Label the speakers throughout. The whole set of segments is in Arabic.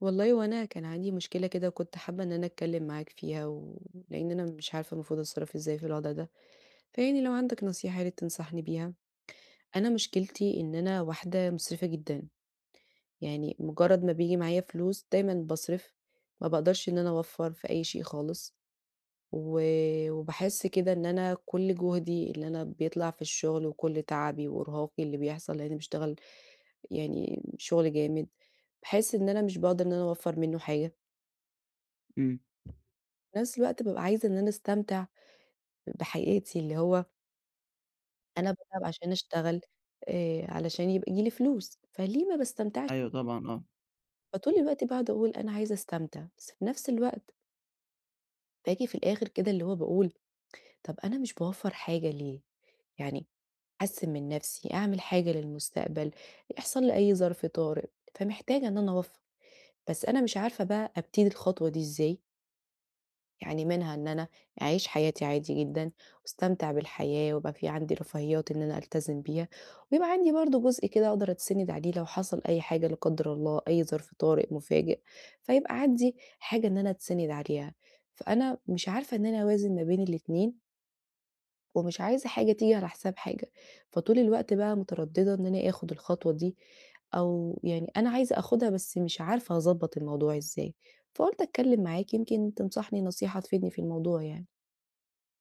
Speaker 1: والله هو أنا كان عندي مشكلة كده وكنت حابة إن أنا أتكلم معاك فيها لإن أنا مش عارفة المفروض أتصرّف إزاي في الوضع ده، فيعني لو عندك نصيحة يا ريت تنصحني بيها. أنا مشكلتي إن أنا واحدة مُسرفة جدًا، يعني مجرّد ما بييجي معايا فلوس دايمًا باصرف، ما باقدرش إن أنا أوفّر في أي شيء خالص، و وباحس كده إن أنا كل جهدي اللي أنا بيطلع في الشغل وكل تعبي وإرهاقي اللي بيحصل لإني باشتغل يعني شغل جامد، باحس إن أنا مش باقدر إن أنا أوفّر منّه حاجة.
Speaker 2: إمم،
Speaker 1: في نفس الوقت بابقى عايزة إن أنا أستمتع بحياتي، اللي هو أنا باتعب عشان أشتغل علشان يبقى ييجي لي فلوس، فليه ما باستمتعش؟
Speaker 2: أيوه طبعًا، آه.
Speaker 1: فطول الوقت باقعد أقول أنا عايزة أستمتع، بس في نفس الوقت باجي في الآخر كده اللي هو باقول طب أنا مش باوفّر حاجة ليه؟ يعني أحسّن من نفسي، أعمل حاجة للمستقبل، يحصل لي أي ظرف طارئ، فمحتاجة إن أنا أوفّر، بس أنا مش عارفة بقى أبتدي الخطوة دي إزاي؟ يعني منها إن أنا أعيش حياتي عادي جدًا واستمتع بالحياة ويبقى في عندي رفاهيات إن أنا ألتزم بيها، ويبقى عندي برضه جزء كده أقدر أتسند عليه لو حصل أي حاجة لا قدر الله، أي ظرف طارئ مفاجئ، فيبقى عندي حاجة إن أنا أتسند عليها. فأنا مش عارفة إن أنا أوازن ما بين الاتنين ومش عايزة حاجة تيجي على حساب حاجة، فطول الوقت بقى مترددة إن أنا آخد الخطوة دي، أو يعني أنا عايزة آخدها بس مش عارفة أضبّط الموضوع إزاي، فقُلت أتكلم معاك يمكن تنصحني نصيحة تفيدني في الموضوع يعني.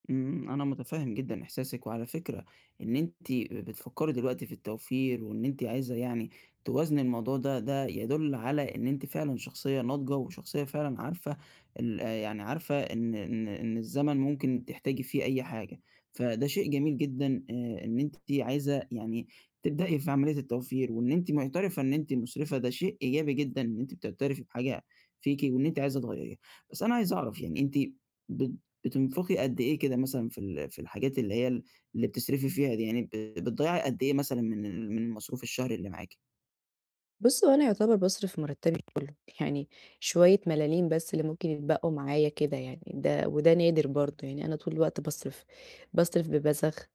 Speaker 2: أنا متفهم جدًا إحساسِك، وعلى فكرة إن أنتِ بتفكّري دلوقتي في التوفير، وإن أنتِ عايزة يعني توازني الموضوع ده، ده يدل على إن أنتِ فعلًا شخصية ناضجة، وشخصية فعلًا عارفة ال آه، يعني عارفة إن الزمن ممكن تحتاجي فيه أي حاجة، فده شيء جميل جدًا إن أنتِ عايزة يعني تبدئي في عملية التوفير، وإن أنتِ معترفة إن أنتِ مسرفة، ده شيء إيجابي جدًا إن أنتِ بتعترفي بحاجة فيكِ، وإن أنتِ عايزة تغيّريها، بس أنا عايز أعرف يعني أنتِ ب بتنفقي قد إيه كده مثلًا في الحاجات اللي هي اللي بتصرفي فيها دي، يعني بتضيّعي قد إيه مثلًا من المصروف الشهري اللي معاكِ؟
Speaker 1: بُص، هو أنا يعتبر باصرف مرتبي كله، يعني شوية ملاليم بس اللي ممكن يتبقوا معايا كده يعني، ده وده نادر برضه، يعني أنا طول الوقت باصرف، باصرف ببذخ،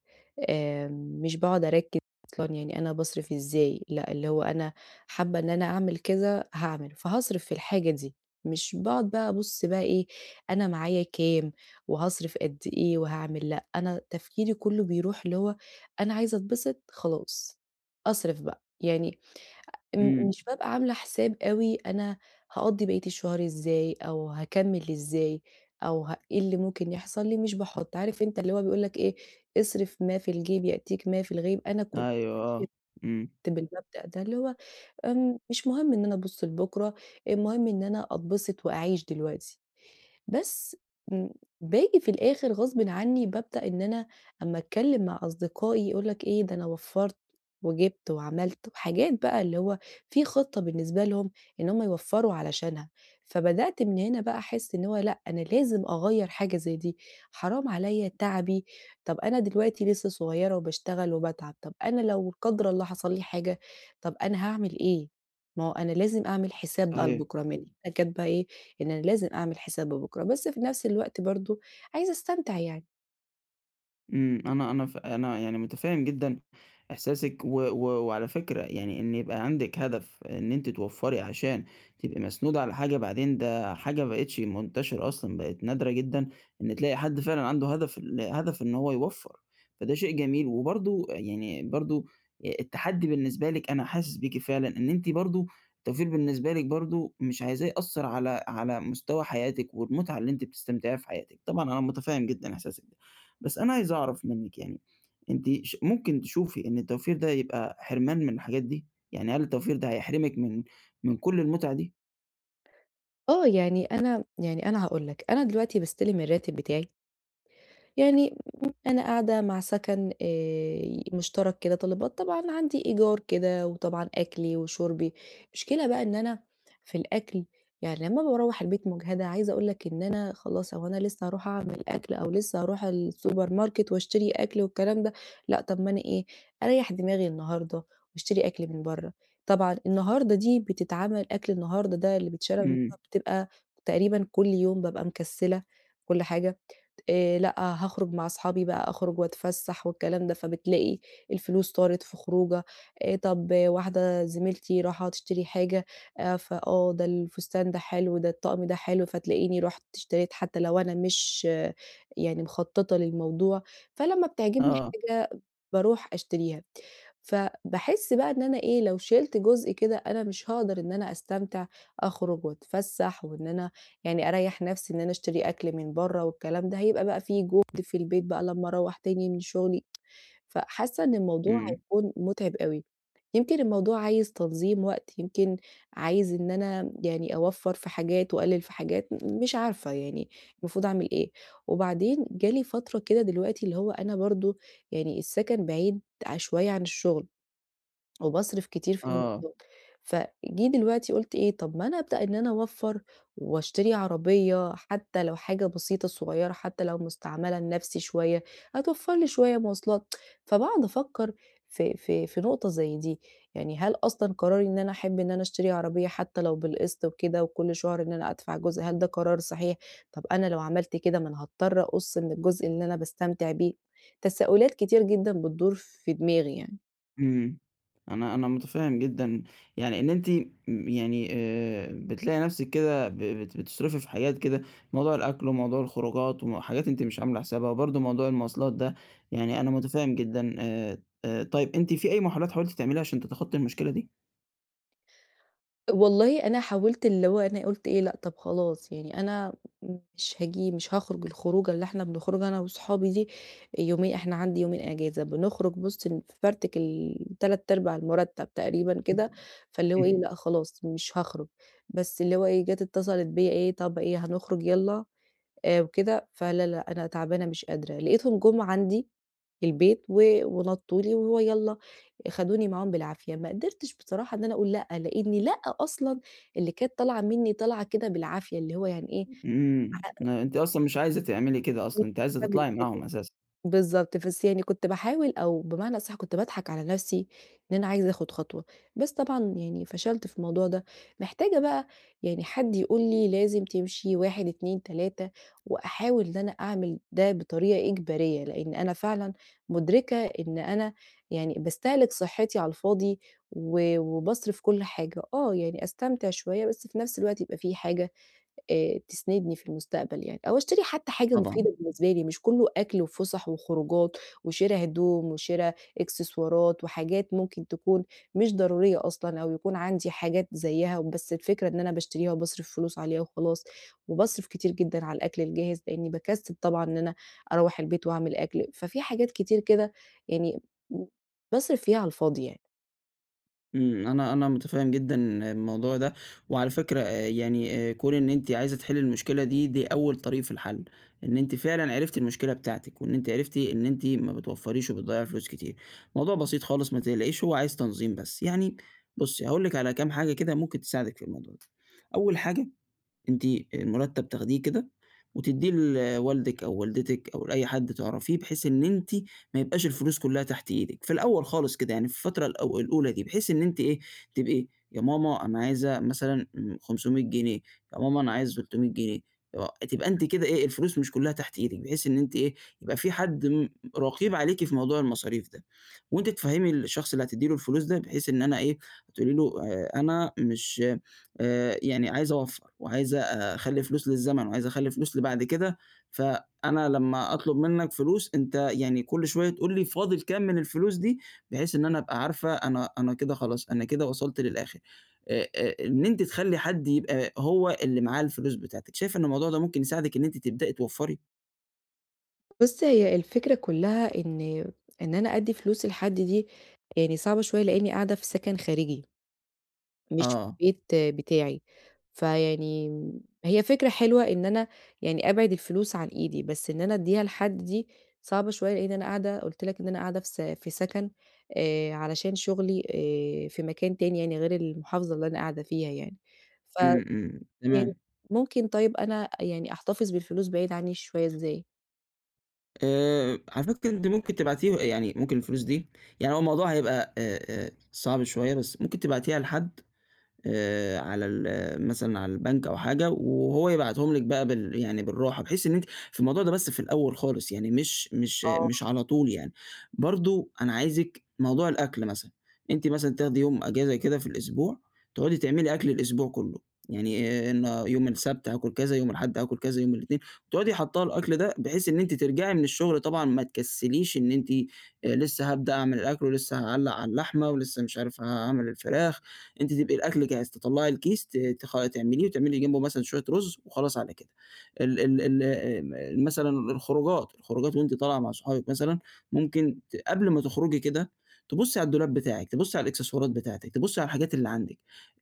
Speaker 1: مش باقعد أركز أصلًا يعني أنا باصرف إزاي، لأ اللي هو أنا حابة إن أنا أعمل كذا هاعمل، فهاصرف في الحاجة دي، مش باقعد بقى أبُص بقى إيه أنا معايا كام وهاصرف قد إيه وهاعمل، لأ أنا تفكيري كله بيروح اللي هو أنا عايزة أتبسط خلاص، أصرف بقى، يعني م
Speaker 2: إمم،
Speaker 1: مش بابقى عاملة حساب أوي أنا هاقضّي بقية الشهر إزاي، أو هاكمّل إزاي، أو إيه اللي ممكن يحصل لي، مش باحُط، عارف أنت اللي هو بيقول لك إيه، اصرف ما في الجيب يأتيك ما في الغيب، أنا كنت
Speaker 2: أيوه،
Speaker 1: ماشية
Speaker 2: آه، إمم،
Speaker 1: بالمبدأ ده، اللي هو مش مهم إن أنا أبُص لبُكرة، المهم إن أنا أتبسط وأعيش دلوقتي. بس م باجي في الآخر غصبٍ عني بابدأ إن أنا أمّا أتكلّم مع أصدقائي يقول لك إيه، ده أنا وفّرت وجِبت وعملت وحاجات بقى اللي هو في خطة بالنسبة لهم إن هم يوفّروا علشانها، فبدأت من هنا بقى أحس إن هو لأ، أنا لازم أغيّر حاجة زي دي، حرام عليّا تعبي، طَب أنا دلوقتي لسه صغيّرة وباشتغل وباتعب، طَب أنا لو قدر الله حصل لي حاجة، طَب أنا هاعمل إيه؟ ما هو أنا لازم أعمل حساب بقى
Speaker 2: صحيح.
Speaker 1: لبُكرة، من هنا جات بقى إيه، إن أنا لازم أعمل حساب بكرة، بس في نفس الوقت برضه عايزة أستمتع يعني.
Speaker 2: إمم، أنا أنا ف أنا يعني متفهم جدًا إحساسِك، و و وعلى فكرة يعني إن يبقى عندِك هدف إن أنتِ توفّري عشان تبقي مسنودة على حاجة بعدين، ده حاجة ما بقتش منتشرة أصلًا، بقت نادرة جدًا إن تلاقي حد فعلًا عنده هدف هدف إن هو يوفّر، فده شيء جميل، وبرضه يعني برضه التحدي بالنسبة لِك أنا حاسس بيكِ فعلًا، إن أنتِ برضه التوفير بالنسبة لِك برضه مش عايزاه يأثّر على مستوى حياتِك والمتعة اللي أنتِ بتستمتعيها في حياتِك، طبعًا أنا متفهم جدًا إحساسِك ده. بس أنا عايز أعرف منِّك يعني أنتِ ممكن تشوفي إن التوفير ده يبقى حرمان من الحاجات دي؟ يعني هل التوفير ده هيحرمِك من كل المتعة دي؟
Speaker 1: آه، يعني أنا يعني أنا هاقول لك، أنا دلوقتي باستلم الراتب بتاعي يعني أنا قاعدة مع سكن مشترك كده طلبات، طبعًا عندي إيجار كده وطبعًا أكلي وشُربي، المشكلة بقى إن أنا في الأكل يعني لمّا باروّح البيت مجهدة، عايزة أقول لك إن أنا خلاص هو أنا لسه هاروح أعمل أكل أو لسه هاروح السوبر ماركت واشتري أكل والكلام ده، لأ طب ما أنا إيه، أريّح دماغي النهارده واشتري أكل من برّه. طبعًا النهارده دي بتتعمل أكل النهارده ده اللي بيتشرى من
Speaker 2: إمم،
Speaker 1: برّه بتبقى تقريبًا كل يوم بابقى مكسّلة وكل حاجة. لأ هاخرج مع أصحابي بقى، أخرج وأتفسّح والكلام ده، فبتلاقي الفلوس طارت في خروجة، طَب واحدة زميلتي راحة تشتري حاجة، فآه ده الفستان ده حلو، ده الطقم ده حلو، فتلاقيني رُحت اشتريت حتى لو أنا مش يعني مخطّطة للموضوع، فلمّا بتعجبني
Speaker 2: آه،
Speaker 1: حاجة باروح أشتريها. فباحس بقى إن أنا إيه، لو شِلت جزء كده أنا مش هاقدر إن أنا أستمتع، أخرج وأتفسّح وإن أنا يعني أريّح نفسي إن أنا أشتري أكل من برّه والكلام ده، هيبقى بقى في جهد في البيت بقى لمّا أروّح تاني من شغلي، فحاسة إن الموضوع
Speaker 2: إمم،
Speaker 1: هيكون مُتعب أوي. يمكن الموضوع عايز تنظيم وقت، يمكن عايز إن أنا يعني أوفّر في حاجات وأقلل في حاجات، مش عارفة يعني المفروض أعمل إيه. وبعدين جه لي فترة كده دلوقتي اللي هو أنا برضه يعني السكن بعيد ع شوية عن الشغل. وباصرف كتير في
Speaker 2: آه،
Speaker 1: المواصلات، فجيه دلوقتي قُلت إيه، طب ما أنا أبدأ إن أنا أوفّر وأشتري عربية حتى لو حاجة بسيطة صغيّرة، حتى لو مستعملة لنفسي شوية، هتوفّر لي شوية مواصلات، فباقعد أفكّر في نقطة زي دي، يعني هل أصلًا قراري إن أنا أحب إن أنا أشتري عربية حتى لو بالقسط وكده وكل شهر إن أنا أدفع جزء، هل ده قرار صحيح؟ طب أنا لو عملت كده ما أنا هاضطر أقُص من الجزء اللي أنا باستمتع بيه، تساؤلات كتير جدًا بتدور في دماغي يعني.
Speaker 2: إمم. أنا متفهّم جدًا يعني إن أنتِ يعني بتلاقي نَفْسِك كده ب بت بتصرفي في حاجات كده، موضوع الأكل وموضوع الخروجات وم حاجات أنتِ مش عاملة حسابها، وبرضه موضوع المواصلات ده، يعني أنا متفهّم جدًا طيب أنتِ في أي محاولات حاولتِ تعمليها عشان تتخطّي المشكلة دي؟
Speaker 1: والله أنا حاولت اللي هو أنا قُلت إيه، لأ طَب خلاص يعني أنا مش هاخرج الخروجة اللي إحنا بنخرجها أنا وصحابي دي يومين إحنا عندي يومين إجازة، بنخرج بُص نفرتك ال3 أرباع المرتب تقريبًا كده، فاللي هو إيه،
Speaker 2: إمم.
Speaker 1: لأ خلاص مش هاخرج، بس اللي هو إيه، جات اتصلت بيّا إيه، طَب إيه هنخرج يالّا؟ وكده، فلا، لأ، أنا تعبانة مش قادرة، لقيتهم جُم عندي البيت ونطّوا لي وهو يالّا خدوني معاهم بالعافية، ما قدرتش بصراحة إن أنا أقول لأ، لإني لأ أصلًا اللي كانت طالعة منّي طالعة كده بالعافية، اللي هو يعني إيه،
Speaker 2: أنتِ أصلًا مش عايزة تعملي كده أصلًا، أنتِ عايزة تطلعي معاهم أساسًا.
Speaker 1: بالضبط، بس يعني كنت باحاول أو بمعنى أصح كنت باضحك على نفسي إن أنا عايزة آخُد خطوة، بس طبعًا يعني فشلت في الموضوع ده، محتاجة بقى يعني حد يقول لي لازم تمشي 1، 2، 3 وأحاول إن أنا أعمل ده بطريقة إجبارية، لإن أنا فعلًا مُدركة إن أنا يعني باستهلك صحّتي على الفاضي وباصرف كل حاجة، آه، يعني أستمتع شوية بس في نفس الوقت يبقى في حاجة تسندني في المستقبل يعني، أو أشتري حتى حاجة
Speaker 2: طبعًا.
Speaker 1: مفيدة بالنسبة لي، مش كلّه أكل وفُسح وخروجات وشِرا هدوم وشِرا إكسسوارات وحاجات ممكن تكون مش ضرورية أصلًا أو يكون عندي حاجات زيّها، بس الفكرة إن أنا باشتريها وباصرف فلوس عليها وخلاص، وباصرف كتير جدًا على الأكل الجاهز لإني باكسّل طبعًا إن أنا أروّح البيت وأعمل أكل، ففي حاجات كتير كده يعني م باصرف فيها على الفاضي يعني.
Speaker 2: إمم، أنا أنا متفهم جدًا الموضوع ده، وعلى فكرة يعني كون إن أنتِ عايزة تحلّي المشكلة دي، دي أول طريق في الحل، إن أنتِ فعلًا عرفتِ المشكلة بتاعتِك، وإن أنتِ عرفتِ إن أنتِ ما بتوفّريش وبتضيّعي فلوس كتير. الموضوع بسيط خالص ما تقلقيش، هو عايز تنظيم بس. يعني بُصّي، هاقول لِك على كام حاجة كده ممكن تساعدِك في الموضوع ده. أول حاجة أنتِ المرتب تاخديه كده وتدّيه لوالدِك أو والدتِك أو لأي حد تعرفيه، بحيث إن أنتِ ما يبقاش الفلوس كلّها تحت إيدِك، في الأول خالص كده يعني في الفترة الأولى دي، بحيث إن أنتِ إيه، تبقي يا ماما أنا عايزة مثلًا 500 جنيه، يا ماما أنا عايز 300 جنيه، آه، تبقى أنتِ كده إيه، الفلوس مش كلّها تحت إيدِك، بحيث إن أنتِ إيه، يبقى في حد رقيب عليكِ في موضوع المصاريف ده، وأنتِ تفهّمي الشخص اللي هتدّي له الفلوس ده، بحيث إن أنا إيه، هتقولي له أنا مش يعني عايز أوفّر وعايز أخلّي فلوس للزمن وعايز أخلّي فلوس لبعد كده، فأنا لمّا أطلب منّك فلوس أنت يعني كل شوية تقول لي فاضل كام من الفلوس دي، بحيث إن أنا أبقى عارفة أنا كده خلاص، أنا كده وصلت للآخر. إن أنتِ تخلّي حد يبقى هو اللي معاه الفلوس بتاعتِك، شايفة إن الموضوع ده ممكن يساعدِك إن أنتِ تبدئي توفّري؟
Speaker 1: بُصّي، هي الفكرة كلّها إن أنا أدّي فلوس لحد دي يعني صعبة شوية لإنّي قاعدة في سكن خارجي، مش في
Speaker 2: آه،
Speaker 1: البيت بتاعي، فيعني هي فكرة حلوة إن أنا يعني أبعد الفلوس عن إيدي، بس إن أنا أدّيها لحد دي صعبة شوية لإن أنا قاعدة قُلت لك إن أنا قاعدة في سكن علشان شغلي في مكان تاني يعني غير المحافظة اللي أنا قاعدة فيها يعني، ف
Speaker 2: إمم، إمم،
Speaker 1: يعني
Speaker 2: تمام.
Speaker 1: ممكن طيب أنا يعني أحتفظ بالفلوس بعيد عني شوية إزاي؟
Speaker 2: على فكرة أنتِ ممكن تبعتيه يعني ممكن الفلوس دي يعني هو الموضوع هيبقى صعب شوية، بس ممكن تبعتيها لحد على ال مثلًا على البنك أو حاجة، وهو يبعتهم لِك بقى يعني بالراحة، بحيث إن أنتِ في الموضوع ده بس في الأول خالص، يعني مش على طول يعني. برضه أنا عايزِك موضوع الأكل مثلًا، أنتِ مثلًا تاخدي يوم أجازة كده في الأسبوع، تقعدي تعملي أكل الأسبوع كله، يعني النا يوم السبت هاكل كذا، يوم الأحد هاكل كذا، يوم الاتنين، وتقعدي حاطّة الأكل ده بحيث إن أنتِ ترجعي من الشغل طبعًا ما تكسليش إن أنتِ لسه هابدأ أعمل الأكل، ولسه هاعلّق على اللحمة، ولسه مش عارف هاعمل الفراخ، أنتِ تبقي الأكل جاهز، تطلّعي الكيس ت تخ تعمليه وتعملي جنبه مثلًا شوية رز وخلاص على كده. ال ال ال آمم، مثلًا الخروجات وأنتِ طالعة مع صحابِك مثلًا ممكن قبل ما تخرجي كده تبُصّي على الدولاب بتاعِك، تبُصّي على الإكسسوارات بتاعتِك، تبُصّي على الحاجات اللي عندِك.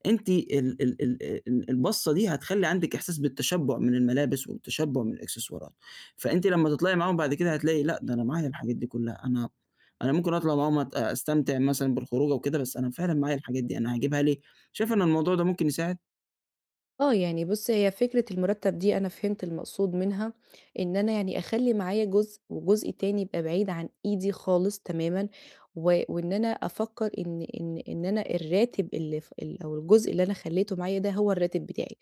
Speaker 2: أنتِ ال ال ال ال البصّة دي هتخلّي عندِك إحساس بالتشبُّع من الملابس والتشبُّع من الإكسسوارات، فأنتِ لمّا تطلعي معاهم بعد كده هتلاقي لأ، ده أنا معايا الحاجات دي كلّها، أنا ممكن أطلع معاهم أستمتع مثلًا بالخروجة وكده، بس أنا فعلًا معايا الحاجات دي، أنا هاجيبها ليه؟ شايف إن الموضوع ده ممكن يساعد؟
Speaker 1: آه، يعني بُص هي فكرة المُرتّب دي أنا فهمت المقصود منها، إن أنا يعني أخلّي معايا جزء وجزء تاني يبقى بعيد عن إيدي خالص تمامًا، وإن أنا أفكّر إن أنا الراتب اللي ف ال أو الجزء اللي أنا خلّيته معايا ده هو الراتب بتاعي،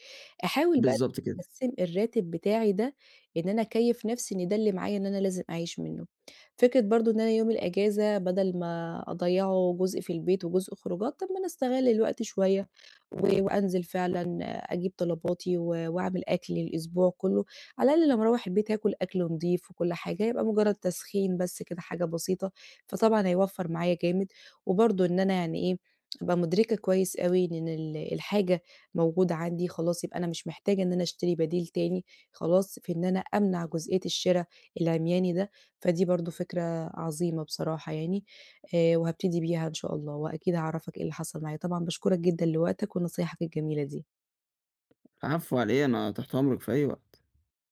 Speaker 1: أحاول بقى
Speaker 2: بالضبط كده.
Speaker 1: أقسّم الراتب بتاعي ده إن أنا أكيّف نَفْسي إن ده اللي معايا إن أنا لازم أعيش منّه، فكرة برضه إن أنا يوم الأجازة بدل ما أضيّعه جزء في البيت وجزء خروجات، طَب ما أنا أستغل الوقت شوية وأنزل فعلًا أجيب طلباتي وأعمل أكل للأسبوع كلّه، على الأقل لمّا أروّح البيت هاكل أكل نضيف وكل حاجة، يبقى مجرّد تسخين بس كده حاجة بسيطة، فطبعًا هيوفّر معايا جامد، وبرضه إن أنا يعني إيه، أبقى مُدركة كويس أوي إن الحاجة موجودة عندي خلاص، يبقى أنا مش محتاجة إن أنا أشتري بديل تاني، خلاص في إن أنا أمنع جزئية الشرا العمياني ده، فدي برضه فكرة عظيمة بصراحة يعني، وهابتدي بيها إن شاء الله، وأكيد هاعرّفك إيه اللي حصل معايا، طبعًا باشكرك جدًا لوقتك ونصايحك الجميلة دي.
Speaker 2: العفو على إيه، أنا تحت أمرِك في أي وقت.